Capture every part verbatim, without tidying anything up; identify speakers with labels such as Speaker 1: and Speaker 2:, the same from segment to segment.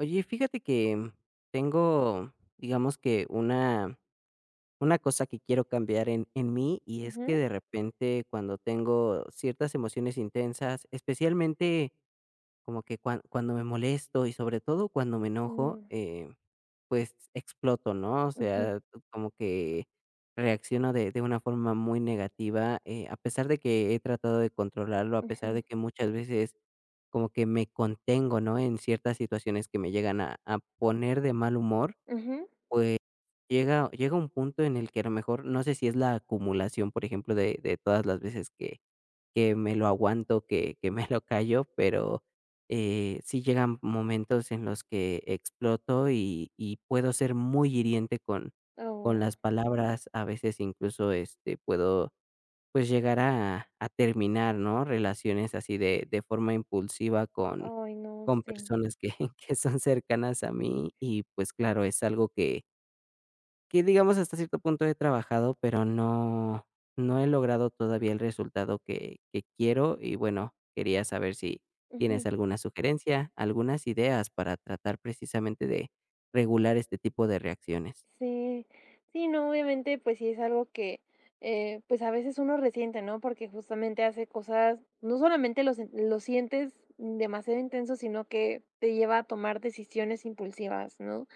Speaker 1: Oye, fíjate que tengo, digamos que una, una cosa que quiero cambiar en, en mí, y es que
Speaker 2: Ujú,
Speaker 1: de repente cuando tengo ciertas emociones intensas, especialmente como que cuan cuando me molesto y sobre todo cuando me
Speaker 2: mm,
Speaker 1: enojo, eh, pues exploto, ¿no? O
Speaker 2: ujú,
Speaker 1: sea, como que reacciono de de una forma muy negativa, eh, a pesar de que he tratado de controlarlo, a pesar
Speaker 2: ujú,
Speaker 1: de que muchas veces como que me contengo, ¿no? En ciertas situaciones que me llegan a a poner de mal humor,
Speaker 2: ujú.
Speaker 1: llega llega un punto en el que a lo mejor no sé si es la acumulación, por ejemplo, de de todas las veces que que me lo aguanto, que que me lo callo, pero, eh, sí llegan momentos en los que exploto y y puedo ser muy hiriente con con
Speaker 2: Oh,
Speaker 1: las palabras, a veces incluso, este, puedo, pues, llegar a a terminar, ¿no?, relaciones así de de forma impulsiva con
Speaker 2: ay, no,
Speaker 1: con
Speaker 2: sí.
Speaker 1: personas que que son cercanas a mí y, pues, claro, es algo que que digamos hasta cierto punto he trabajado, pero no no he logrado todavía el resultado que que quiero, y bueno, quería saber si tienes alguna sugerencia, algunas ideas para tratar precisamente de regular este tipo de reacciones.
Speaker 2: Sí, sí, no, obviamente, pues sí es algo que, eh, pues a veces uno resiente, ¿no? Porque justamente hace cosas, no solamente lo, sen- lo sientes demasiado intenso, sino que te lleva a tomar decisiones impulsivas, ¿no?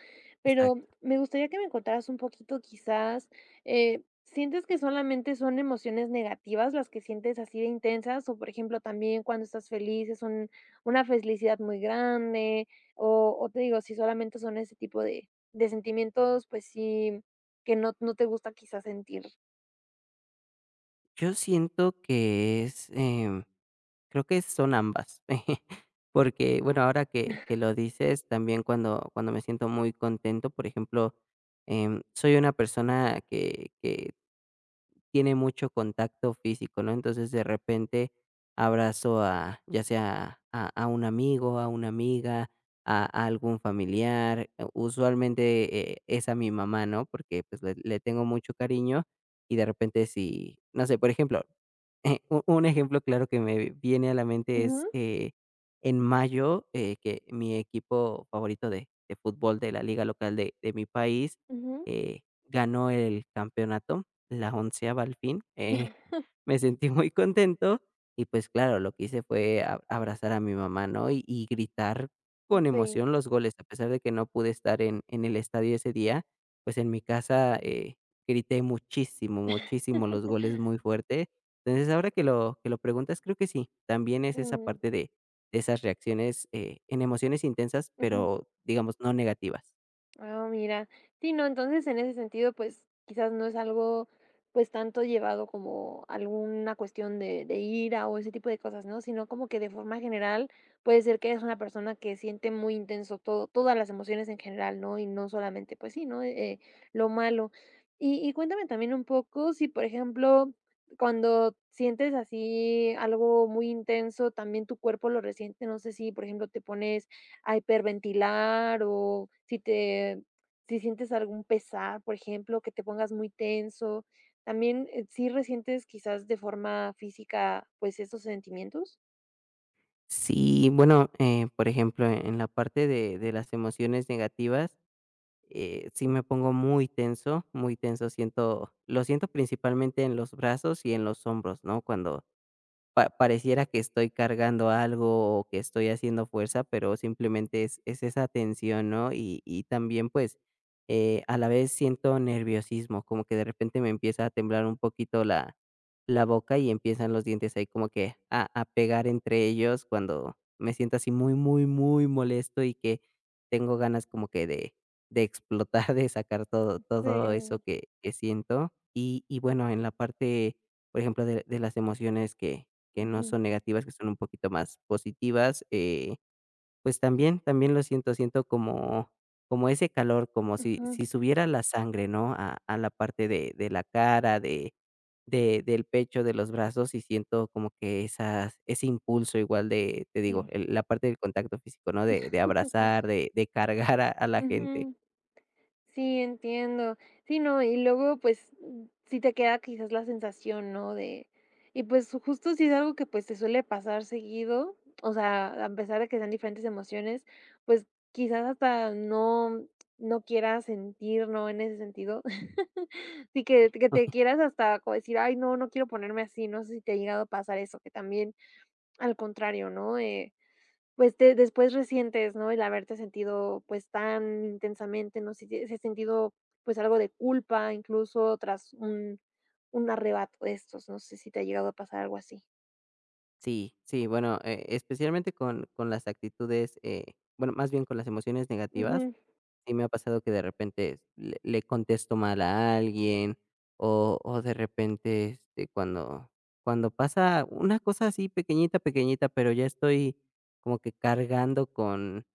Speaker 2: Pero
Speaker 1: Exacto.
Speaker 2: me gustaría que me contaras un poquito, quizás, eh, ¿sientes que solamente son emociones negativas las que sientes así de intensas? O, por ejemplo, también cuando estás feliz es un- una felicidad muy grande, o, o te digo, si solamente son ese tipo de sentimientos, pues sí, que no no te gusta quizás sentir.
Speaker 1: Yo siento que es, em, creo que son ambas, porque, bueno, ahora que que lo dices, también cuando cuando me siento muy contento, por ejemplo, em, soy una persona que que tiene mucho contacto físico, ¿no? Entonces, de repente abrazo a, ya sea a, a un amigo, a una amiga, a, a algún familiar, eh, usualmente eh, es a mi mamá, ¿no? Porque pues le, le tengo mucho cariño, y de repente si, no sé, por ejemplo, un un ejemplo claro que me viene a la mente es
Speaker 2: Ujú,
Speaker 1: eh, en mayo, eh, que mi equipo favorito de, de fútbol de la liga local de, de mi país
Speaker 2: ujú.
Speaker 1: eh, ganó el campeonato la onceava al fin, eh, me sentí muy contento y, pues, claro, lo que hice fue a abrazar a mi mamá, ¿no? Y y gritar con
Speaker 2: Sí.
Speaker 1: emoción los goles, a pesar de que no pude estar en en el estadio ese día, pues, en mi casa, eh, grité muchísimo, muchísimo los goles muy fuerte. Entonces, ahora que lo que lo preguntas, creo que sí, también es esa
Speaker 2: Mm,
Speaker 1: parte de de esas reacciones, eh, en emociones intensas,
Speaker 2: ujú.
Speaker 1: pero, digamos, no negativas.
Speaker 2: Ah, mira. Sí, no, entonces en ese sentido, pues quizás no es algo pues tanto llevado como alguna cuestión de, de ira o ese tipo de cosas, ¿no? Sino como que de forma general puede ser que eres una persona que siente muy intenso todo, todas las emociones en general, ¿no? Y no solamente, pues sí, ¿no? Eh, lo malo. Y, y cuéntame también un poco si, por ejemplo, cuando sientes así algo muy intenso, también tu cuerpo lo resiente, no sé si, por ejemplo, te pones a hiperventilar o si te si sientes algún pesar, por ejemplo, que te pongas muy tenso. También, eh, ¿sí resientes quizás de forma física, pues, estos sentimientos?
Speaker 1: Sí, bueno, eh, por ejemplo, e, en la parte de de las emociones negativas, eh, sí me pongo muy tenso, muy tenso, siento lo siento principalmente en los brazos y en los hombros, ¿no? Cuando pa pareciera que estoy cargando algo o que estoy haciendo fuerza, pero simplemente es es esa tensión, ¿no? Y y también, pues, eh, a la vez siento nerviosismo, como que de repente me empieza a temblar un poquito la la boca, y empiezan los dientes ahí como que a a pegar entre ellos cuando me siento así muy, muy, muy molesto, y que tengo ganas como que de de explotar, de sacar todo todo eso
Speaker 2: Sí.
Speaker 1: que que siento. Y y bueno, en la parte, por ejemplo, de de las emociones que que no
Speaker 2: Ujú,
Speaker 1: son negativas, que son un poquito más positivas, eh, pues también también lo siento, siento como como ese calor, como si
Speaker 2: ujú,
Speaker 1: si subiera la sangre, ¿no? A a la parte de de la cara, de de del pecho, de los brazos, y siento como que esas ese impulso igual de, te digo,
Speaker 2: sí.
Speaker 1: el la parte del contacto físico, ¿no? De de abrazar, de de cargar a a la gente.
Speaker 2: Ujú. Sí, entiendo. Sí, no, y luego, pues, mm, sí te queda quizás la sensación, ¿no? De y pues, justo si es algo que, pues, te suele pasar seguido, o sea, a pesar de que sean diferentes emociones, pues, quizás hasta no no quieras sentir, ¿no? En ese sentido. Sí, que que te quieras hasta como decir: "Ay, no, no quiero ponerme así", no sé si te ha llegado a pasar eso, que también, al contrario, ¿no? Eh pues, de después resientes, ¿no? El haberte sentido, pues, tan intensamente, no si has sentido, pues, algo de culpa, incluso tras un un arrebato de estos, no sé si te ha llegado a pasar algo así.
Speaker 1: Sí, sí, bueno, eh, especialmente con con las actitudes, eh, bueno, más bien con las emociones negativas,
Speaker 2: Ujú.
Speaker 1: sí me ha pasado que de repente le le contesto mal a alguien, o o de repente, este, cuando cuando pasa una cosa así pequeñita, pequeñita, pero ya estoy como que cargando con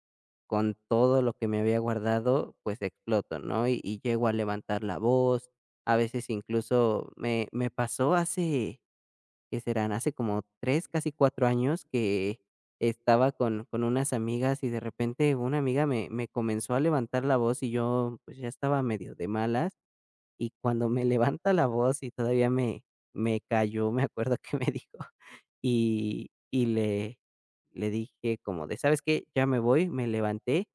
Speaker 1: con todo lo que me había guardado, pues exploto, ¿no? Y y llego a levantar la voz, a veces incluso me me pasó hace ¿que serán? Hace como tres casi cuatro años que estaba con con unas amigas, y de repente una amiga me me comenzó a levantar la voz y yo, pues, ya estaba medio de malas, y cuando me levanta la voz y todavía me me cayó, me acuerdo que me dijo, y y le le dije como de: "¿Sabes qué? Ya me voy". Me levanté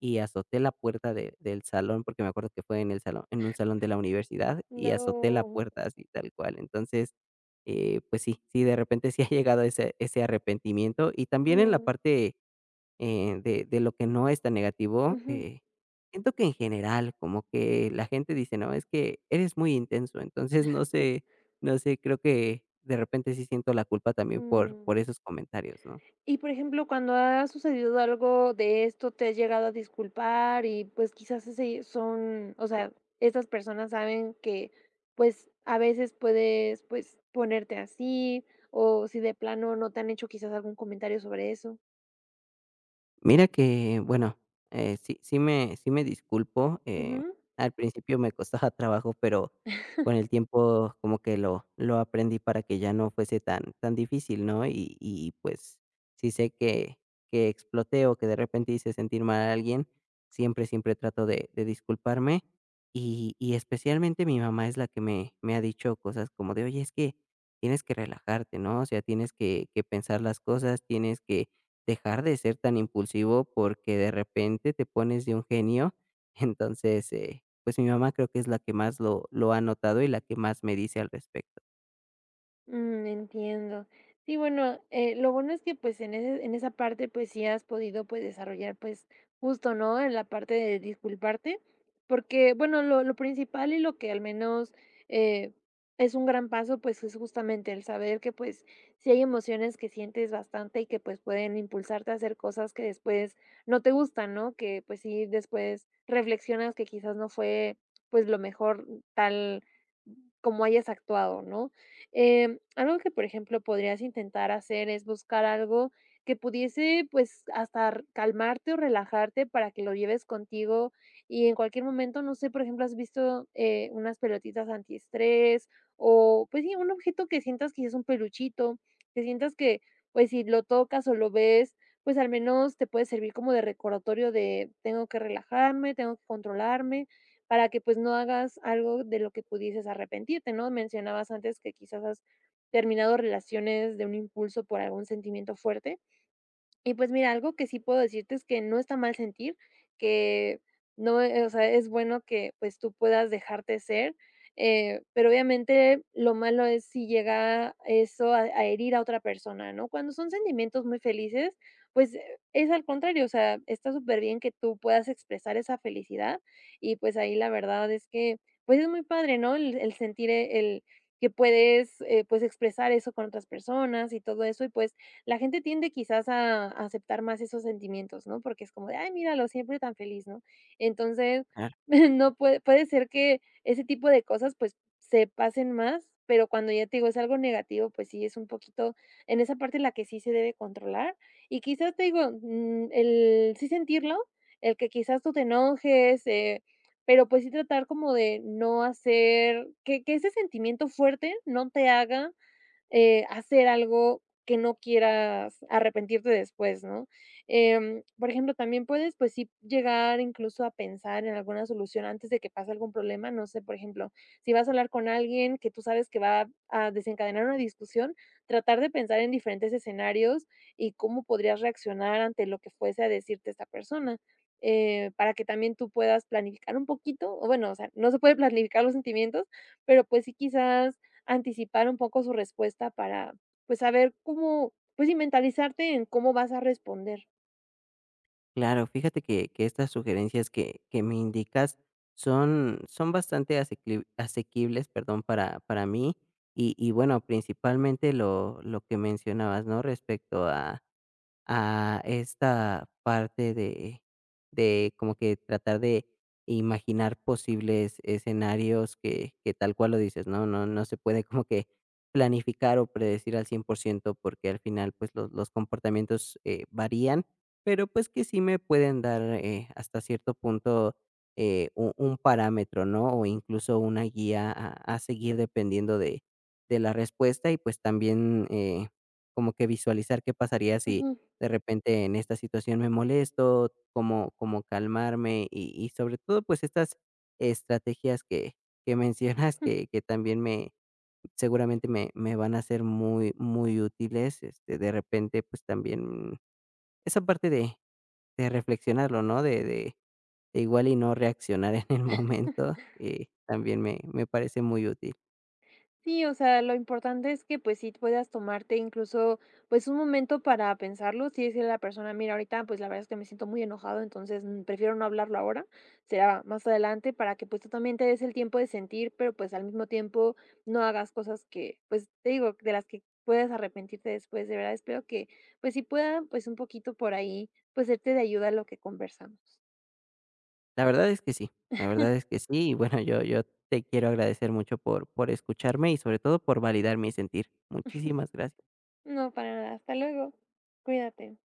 Speaker 1: y azoté la puerta de del salón, porque me acuerdo que fue en el salón, en un salón de la universidad, y azoté la
Speaker 2: No.
Speaker 1: puerta así tal cual. Entonces, eh, pues sí, sí, de repente sí ha llegado ese ese arrepentimiento. Y también en la
Speaker 2: Mm.
Speaker 1: parte eh, de de lo que no es tan negativo,
Speaker 2: Ujú.
Speaker 1: eh, siento que en general, como que la gente dice: "No, es que eres muy intenso". Entonces, no sé no sé, creo que de repente sí siento la culpa también por
Speaker 2: Mm.
Speaker 1: por esos comentarios, ¿no?
Speaker 2: Y, por ejemplo, cuando ha sucedido algo de esto, ¿te has llegado a disculpar? Y, pues, quizás ese son, o sea, estas personas saben que, pues, a veces puedes, pues, ponerte así, o si de plano no te han hecho quizás algún comentario sobre eso.
Speaker 1: Mira que, bueno, eh, sí sí me sí me disculpo, eh, al principio me costaba trabajo, pero con el tiempo como que lo lo aprendí para que ya no fuese tan tan difícil, ¿no? Y y, pues, si sé que que exploté o que de repente hice sentir mal a alguien, siempre, siempre trato de de disculparme, y y especialmente mi mamá es la que me me ha dicho cosas como de: "Oye, es que tienes que relajarte, ¿no? O sea, tienes que que pensar las cosas, tienes que dejar de ser tan impulsivo, porque de repente te pones de un genio". Entonces, eh, pues mi mamá creo que es la que más lo, lo ha notado y la que más me dice al respecto.
Speaker 2: Mm, entiendo. Sí, bueno, eh, lo bueno es que pues en ese, en esa parte pues sí has podido pues desarrollar pues justo, ¿no? En la parte de disculparte, porque bueno, lo, lo principal y lo que al menos eh, es un gran paso pues es justamente el saber que pues sí hay emociones que sientes bastante y que pues pueden impulsarte a hacer cosas que después no te gustan, ¿no? Que pues sí después reflexionas que quizás no fue pues lo mejor tal como hayas actuado, ¿no? Em, algo que, por ejemplo, podrías intentar hacer es buscar algo que pudiese, pues, hasta r- calmarte o relajarte para que lo lleves contigo y en cualquier momento, no sé, por ejemplo, has visto eh, unas pelotitas antiestrés o, pues, sí, un objeto que sientas que es un peluchito, que sientas que, pues, si lo tocas o lo ves, pues al menos te puede servir como de recordatorio de tengo que relajarme, tengo que controlarme para que, pues, no hagas algo de lo que pudieses arrepentirte, ¿no? Mencionabas antes que quizás has terminado relaciones de un impulso por algún sentimiento fuerte. Y pues mira, algo que sí puedo decirte es que no está mal sentir, que no, eh, o sea, es bueno que, pues, tú puedas dejarte ser, eh, pero obviamente lo malo es si llega eso a a herir a otra persona, ¿no? Cuando son sentimientos muy felices, pues, eh, es al contrario, o sea, está súper bien que tú puedas expresar esa felicidad y, pues, ahí la verdad es que, pues, es muy padre, ¿no? El el sentir, eh, el que puedes, eh, pues, expresar eso con otras personas y todo eso, y pues, la gente tiende quizás a a aceptar más esos sentimientos, ¿no? Porque es como de: "Ay, míralo, siempre tan feliz", ¿no? Entonces,
Speaker 1: Claro,
Speaker 2: no puede puede ser que ese tipo de cosas, pues, se pasen más, pero cuando ya te digo, es algo negativo, pues sí, es un poquito en esa parte en la que sí se debe controlar. Y quizás, te digo, mm, el sí sentirlo, el que quizás tú te enojes, eh, pero, pues sí tratar como de no hacer que que ese sentimiento fuerte no te haga eh, hacer algo que no quieras arrepentirte después, ¿no? Em, por ejemplo, también puedes, pues sí, llegar incluso a pensar en alguna solución antes de que pase algún problema. No sé, por ejemplo, si vas a hablar con alguien que tú sabes que va a desencadenar una discusión, tratar de pensar en diferentes escenarios y cómo podrías reaccionar ante lo que fuese a decirte esta persona, eh, para que también tú puedas planificar un poquito, o bueno, o sea, no se puede planificar los sentimientos, pero pues sí quizás anticipar un poco su respuesta para, pues, saber cómo, pues sí, mentalizarte en cómo vas a responder.
Speaker 1: claro, fíjate que, que estas sugerencias que, que me indicas son, son bastante asequi- asequibles, perdón, para, para mí. Y, y bueno, principalmente lo, lo que mencionabas, ¿no? Respecto a, a esta parte de, de como que tratar de imaginar posibles escenarios que, que tal cual lo dices, ¿no? No, no se puede como que planificar o predecir al cien por ciento, porque al final pues los, los comportamientos eh, varían, pero pues que sí me pueden dar eh, hasta cierto punto eh, un, un parámetro, ¿no? O incluso una guía a, a seguir dependiendo de, de la respuesta. Y pues también eh, como que visualizar qué pasaría si
Speaker 2: Ujú.
Speaker 1: de repente en esta situación me molesto, cómo, cómo calmarme. Y, y sobre todo pues estas estrategias que, que mencionas que, que también me seguramente me, me van a ser muy, muy útiles, este, de repente pues también esa parte de, de reflexionarlo, ¿no? De, de, de igual y no reaccionar en el momento, eh, también me, me parece muy útil.
Speaker 2: Sí, o sea, lo importante es que, pues, sí puedas tomarte incluso, pues, un momento para pensarlo, sí decirle a la persona: "Mira, ahorita, pues, la verdad es que me siento muy enojado, entonces, mm, prefiero no hablarlo ahora, será más adelante", para que, pues, tú también te des el tiempo de sentir, pero, pues, al mismo tiempo no hagas cosas que, pues, te digo, de las que puedas arrepentirte después. De verdad espero que, pues, sí pueda, pues, un poquito por ahí, pues, serte de ayuda lo que conversamos.
Speaker 1: La verdad es que sí, la verdad es que sí, y bueno, yo yo te quiero agradecer mucho por por escucharme, y sobre todo por validar mi sentir. Muchísimas gracias.
Speaker 2: No, para nada. Hasta luego. Cuídate.